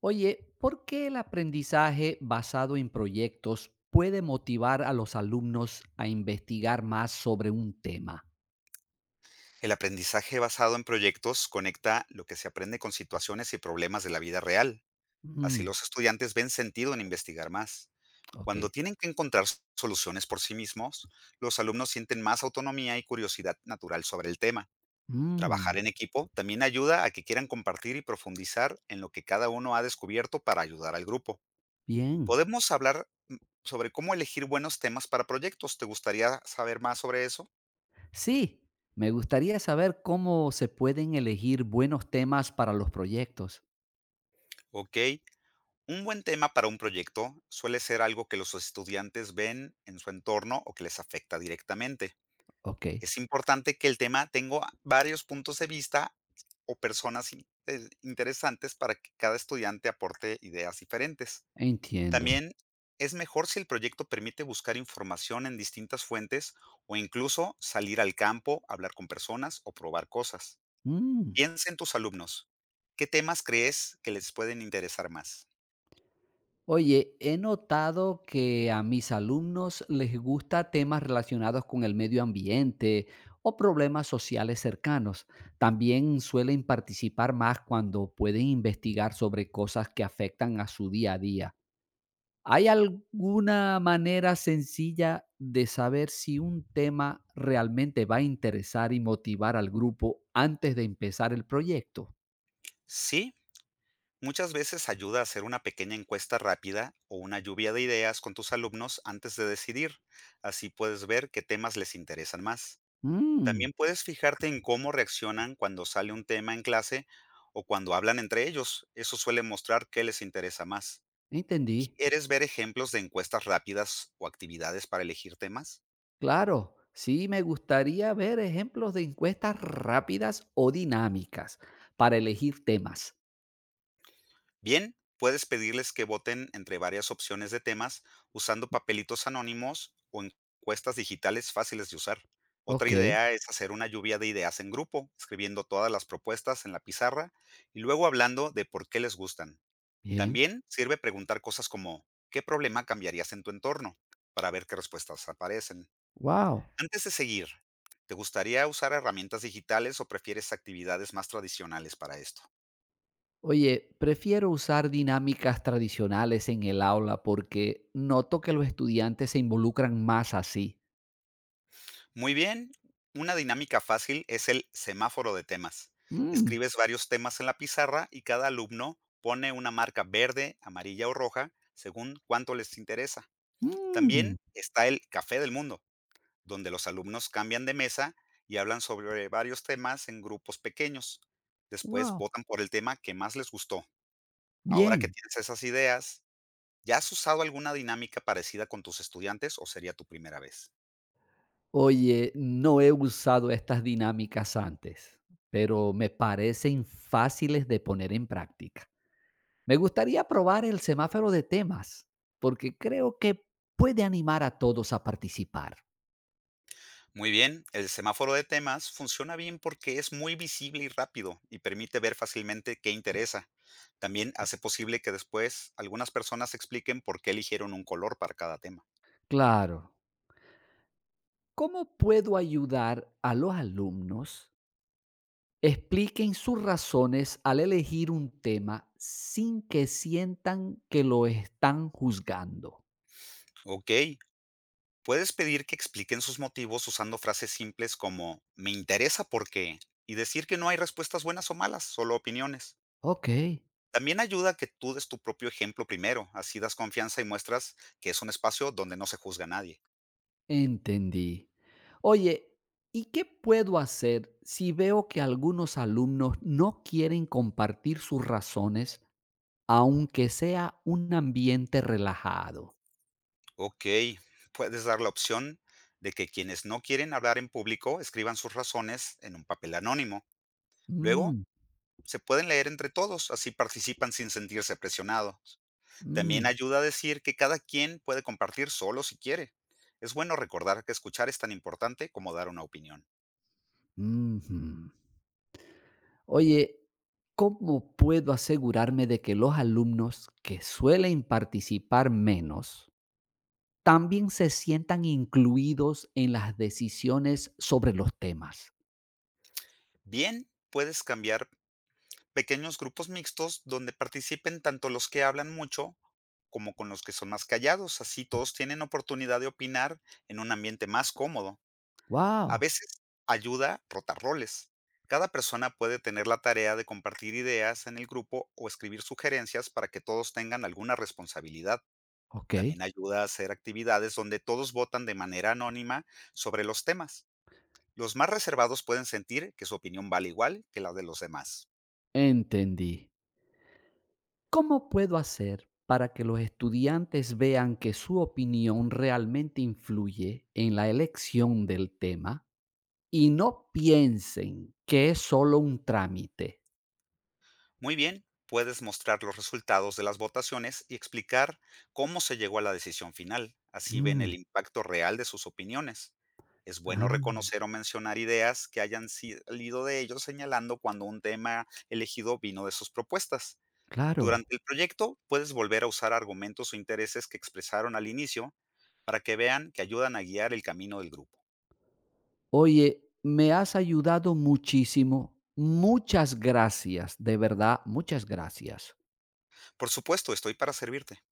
Oye, ¿por qué el aprendizaje basado en proyectos puede motivar a los alumnos a investigar más sobre un tema? El aprendizaje basado en proyectos conecta lo que se aprende con situaciones y problemas de la vida real. Así Mm, los estudiantes ven sentido en investigar más. ok. Cuando tienen que encontrar soluciones por sí mismos, los alumnos sienten más autonomía y curiosidad natural sobre el tema. Trabajar en Mm, equipo también ayuda a que quieran compartir y profundizar en lo que cada uno ha descubierto para ayudar al grupo. bien. Podemos hablar sobre cómo elegir buenos temas para proyectos. ¿Te gustaría saber más sobre eso? Sí, me gustaría saber cómo se pueden elegir buenos temas para los proyectos. Ok. Un buen tema para un proyecto suele ser algo que los estudiantes ven en su entorno o que les afecta directamente. Ok, Es importante que el tema tenga varios puntos de vista o personas interesantes para que cada estudiante aporte ideas diferentes. entiendo. También es mejor si el proyecto permite buscar información en distintas fuentes o incluso salir al campo, hablar con personas o probar cosas. Mm. Piensa en tus alumnos. ¿Qué temas crees que les pueden interesar más? Oye, he notado que a mis alumnos les gusta temas relacionados con el medio ambiente o problemas sociales cercanos. También suelen participar más cuando pueden investigar sobre cosas que afectan a su día a día. ¿Hay alguna manera sencilla de saber si un tema realmente va a interesar y motivar al grupo antes de empezar el proyecto? Sí, muchas veces ayuda a hacer una pequeña encuesta rápida o una lluvia de ideas con tus alumnos antes de decidir. Así puedes ver qué temas les interesan más. Mm, También puedes fijarte en cómo reaccionan cuando sale un tema en clase o cuando hablan entre ellos. Eso suele mostrar qué les interesa más. entendí. ¿Quieres ver ejemplos de encuestas rápidas o actividades para elegir temas? Claro, sí me gustaría ver ejemplos de encuestas rápidas o dinámicas para elegir temas. Bien, puedes pedirles que voten entre varias opciones de temas usando papelitos anónimos o encuestas digitales fáciles de usar. Otra Ok, idea es hacer una lluvia de ideas en grupo, escribiendo todas las propuestas en la pizarra y luego hablando de por qué les gustan. bien. También sirve preguntar cosas como ¿qué problema cambiarías en tu entorno? Para ver qué respuestas aparecen. Wow. Antes de seguir, ¿te gustaría usar herramientas digitales o prefieres actividades más tradicionales para esto? Oye, prefiero usar dinámicas tradicionales en el aula porque noto que los estudiantes se involucran más así. Muy bien, una dinámica fácil es el semáforo de temas. Mm, Escribes varios temas en la pizarra y cada alumno pone una marca verde, amarilla o roja según cuánto les interesa. mm, También está el Café del Mundo, donde los alumnos cambian de mesa y hablan sobre varios temas en grupos pequeños. Después wow. votan por el tema que más les gustó. Ahora que Bien. tienes esas ideas, ¿ya has usado alguna dinámica parecida con tus estudiantes o sería tu primera vez? Oye, no he usado estas dinámicas antes, pero me parecen fáciles de poner en práctica. Me gustaría probar el semáforo de temas, porque creo que puede animar a todos a participar. Muy bien, el semáforo de temas funciona bien porque es muy visible y rápido y permite ver fácilmente qué interesa. También hace posible que después algunas personas expliquen por qué eligieron un color para cada tema. Claro, ¿cómo puedo ayudar a los alumnos? Expliquen sus razones al elegir un tema sin que sientan que lo están juzgando. Ok, puedes pedir que expliquen sus motivos usando frases simples como me interesa por qué y decir que no hay respuestas buenas o malas, solo opiniones. Ok, También ayuda que tú des tu propio ejemplo primero, así das confianza y muestras que es un espacio donde no se juzga a nadie. entendí. Oye, ¿y qué puedo hacer si veo que algunos alumnos no quieren compartir sus razones aunque sea un ambiente relajado? Ok, puedes dar la opción de que quienes no quieren hablar en público escriban sus razones en un papel anónimo. Luego, Mm, se pueden leer entre todos, así participan sin sentirse presionados. También mm, ayuda a decir que cada quien puede compartir solo si quiere. Es bueno recordar que escuchar es tan importante como dar una opinión. ujú. Oye, ¿cómo puedo asegurarme de que los alumnos que suelen participar menos también se sientan incluidos en las decisiones sobre los temas? Bien, puedes cambiar pequeños grupos mixtos donde participen tanto los que hablan mucho como con los que son más callados, así todos tienen oportunidad de opinar en un ambiente más cómodo. A Wow, veces ayuda rotar roles. Cada persona puede tener la tarea de compartir ideas en el grupo o escribir sugerencias para que todos tengan alguna responsabilidad. ok, También ayuda a hacer actividades donde todos votan de manera anónima sobre los temas. Los más reservados pueden sentir que su opinión vale igual que la de los demás. entendí. ¿Cómo puedo hacer para que los estudiantes vean que su opinión realmente influye en la elección del tema? Y no piensen que es solo un trámite. Muy bien, puedes mostrar los resultados de las votaciones y explicar cómo se llegó a la decisión final. Así ven Mm, el impacto real de sus opiniones. Es bueno ah, reconocer o mencionar ideas que hayan salido de ellos, señalando cuando un tema elegido vino de sus propuestas. claro. Durante el proyecto puedes volver a usar argumentos o intereses que expresaron al inicio para que vean que ayudan a guiar el camino del grupo. Oye, me has ayudado muchísimo. Muchas gracias, de verdad, muchas gracias. Por supuesto, estoy para servirte.